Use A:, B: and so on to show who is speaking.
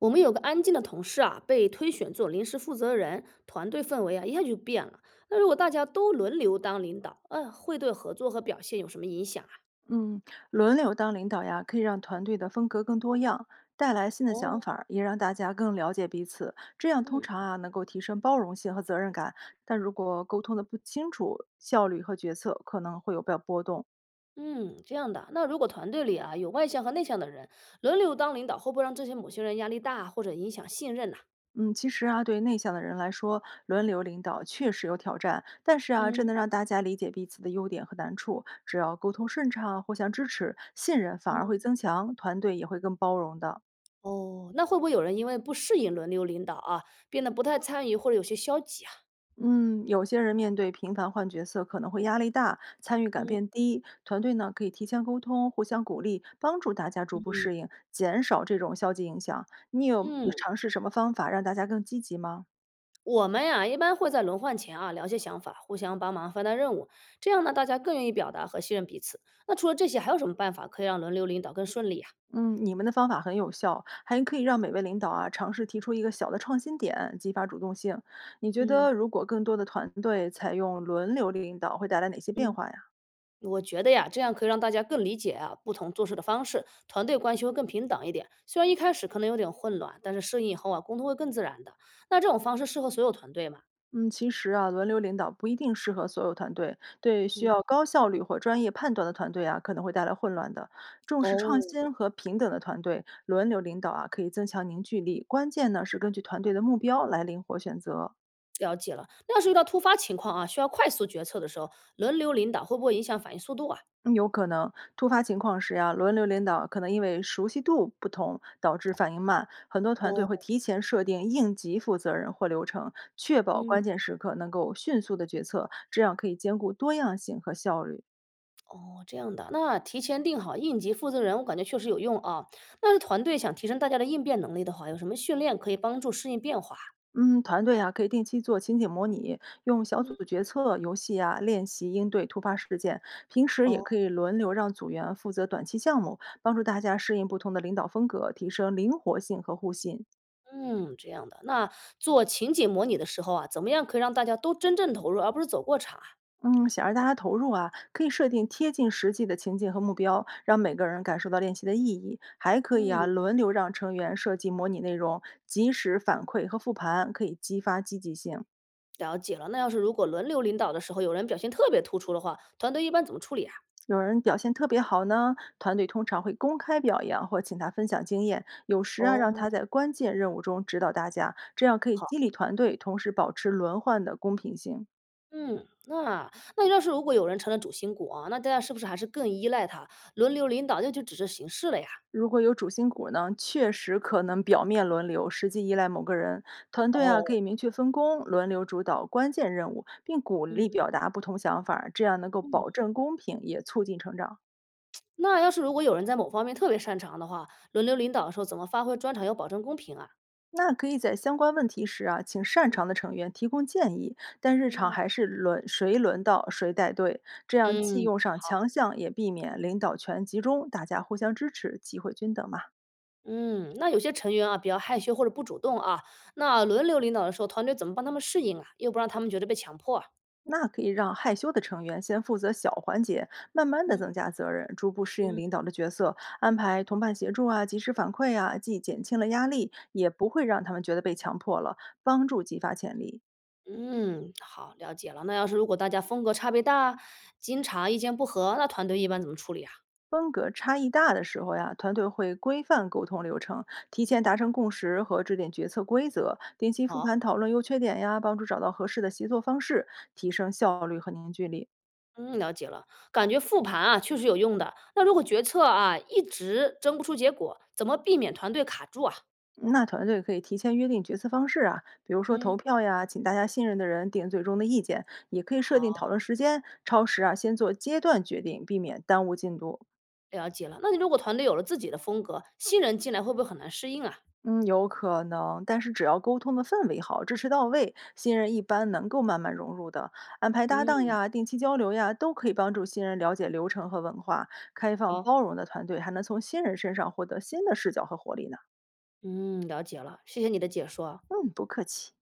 A: 我们有个安静的同事啊，被推选做临时负责人，团队氛围啊一下就变了。那如果大家都轮流当领导，会对合作和表现有什么影响啊？
B: 嗯，轮流当领导呀，可以让团队的风格更多样，带来新的想
A: 哦，
B: 法儿也让大家更了解彼此。这样通
A: 嗯
B: 常啊，能够提升包容性和责任感。但如果沟通的不清楚，效率和决策可能会有被波动。
A: 嗯，这样的。那如果团队里啊有外向和内向的人，轮流当领导，会不会让这些某些人压力大或者影响信任呐、
B: 嗯，其实啊，对内向的人来说，轮流领导确实有挑战，但是啊，这能
A: 嗯
B: 让大家理解彼此的优点和难处。只要沟通顺畅，互相支持，信任反而会
A: 嗯。
B: 增强，团队也会更包容的。
A: 哦，那会不会有人因为不适应轮流领导啊，变得不太参与或者有些消极啊？
B: 嗯，有些人面对频繁换角色可能会压力大，参与感变
A: 嗯
B: 低。团队呢可以提前沟通，互相鼓励，帮助大家逐步
A: 嗯
B: 适应，减少这种消极影响。你有
A: 嗯。
B: 尝试什么方法让大家更积极吗？
A: 我们呀，一般会在轮换前啊聊些想法，互相帮忙分担任务，这样呢，大家更愿意表达和信任彼此。那除了这些，还有什么办法可以让轮流领导更顺利呀？
B: 嗯，你们的方法很有效，还可以让每位领导啊尝试提出一个小的创新点，激发主动性。你觉
A: 嗯
B: 得如果更多的团队采用轮流领导，会带来哪些变
A: 嗯。
B: 化呀？
A: 我觉得呀，这样可以让大家更理解啊不同做事的方式，团队关系会更平等一点。虽然一开始可能有点混乱，但是适应以后啊，沟通会更自然的。那这种方式适合所有团队吗？
B: 嗯，其实啊，轮流领导不一定适合所有团队，对需
A: 嗯。
B: 要高效率或专业判断的团队啊，可能会带来混乱的。重视创
A: 哦，
B: 新和平等的团队，轮流领导啊，可以增强凝聚力。关键呢是根据团队的目标来灵活选择。
A: 了解了。那要是遇到突发情况啊，需要快速决策的时候，轮流领导会不会影响反应速度啊？
B: 嗯有可能突发情况时呀、轮流领导可能因为熟悉度不同导致反应慢，很多团队
A: 哦，
B: 会提前设定应急负责人或流程，确保关
A: 嗯。
B: 键时刻能够迅速的决策，这样可以兼顾多样性和效率。
A: 哦，这样的，那提前定好应急负责人，我感觉确实有用啊。那是团队想提升大家的应变能力的话，有什么训练可以帮助适应变化？
B: 嗯，团队啊，可以定期做情景模拟，用小
A: 嗯，
B: 组决策游戏啊练习应对突发事件。平时也
A: 哦，
B: 可以轮流让组员负责短期项目，帮助大家适应不同的领导风格，提升灵活性和互信。
A: 嗯，这样的。那做情景模拟的时候啊，怎么样可以让大家都真正投入，而不是走过场啊？
B: 嗯，想让大家投入啊，可以设定贴近实际的情境和目标，让每个人感受到练习的意义。还可以啊，
A: 嗯，
B: 轮流让成员设计模拟内容，及时反馈和复盘，可以激发积极性。
A: 了解了。那要是如果轮流领导的时候，有人表现特别突出的话，团队一般怎么处理啊？
B: 有人表现特别好呢，团队通常会公开表扬或请他分享经验，有时啊让
A: 哦，
B: 他在关键任务中指导大家，这样可以
A: 好，
B: 激励团队，同时保持轮换的公平性。
A: 嗯，那要是如果有人成了主心骨啊，那大家是不是还是更依赖他？轮流领导，那就只是形式了呀。
B: 如果有主心骨呢，确实可能表面轮流，实际依赖某个人。团队啊
A: 哦，
B: 可以明确分工，轮流主导关键任务，并鼓励
A: 嗯
B: 表达不同想法儿这样能够保
A: 嗯。
B: 证公平，也促进成长。
A: 那要是如果有人在某方面特别擅长的话，轮流领导的时候怎么发挥专长，要保证公平啊？
B: 那可以在相关问题时啊，请擅长的成员提供建议，但日常
A: 嗯，
B: 还是轮谁轮到谁带队，这样既
A: 嗯
B: 用上强项，也避免领导权集中，大家互相支持，机会均等嘛。
A: 嗯，那有些成员啊比较害羞或者不主动啊，那轮流领导的时候，团队怎么帮他们适应啊？又不让他们觉得被强迫啊。
B: 那可以让害羞的成员先负责小环节，慢慢的
A: 嗯
B: 增加责任，逐步适应领
A: 嗯
B: 导的角色，安排同伴协助啊，及时反馈啊，既减轻了压力，也不会让他们觉得被强迫了，帮助激发潜力。
A: 嗯，好，了解了。那要是如果大家风格差别大，经常意见不合，那团队一般怎么处理啊？
B: 风格差异大的时候呀，团队会规范沟通流程，提前达成共识和制定决策规则，定期复
A: 好，
B: 盘讨论优缺点呀，帮助找到合适的协作方式，提升效率和凝聚力。
A: 嗯，了解了。感觉复盘啊确实有用的。那如果决策啊一直争不出结果，怎么避免团队卡住啊？
B: 那团队可以提前约定决策方式啊，比如说投
A: 嗯。
B: 票呀，请大家信任的人定最终的意见，也可以设定
A: 好。
B: 讨论时间，超时啊先做阶段决定，避免耽误进度。
A: 了解了，那你如果团队有了自己的风格，新人进来会不会很难适应啊？
B: 嗯，有可能，但是只要沟通的氛围好，支持到位，新人一般能够慢慢融入的。安排搭档
A: 嗯，
B: 呀，定期交流呀，都可以帮助新人了解流程和文化。开放
A: 好，
B: 包容的团队还能从新人身上获得新的视角和活力呢。
A: 嗯，了解了，谢谢你的解说啊。
B: 嗯，不客气。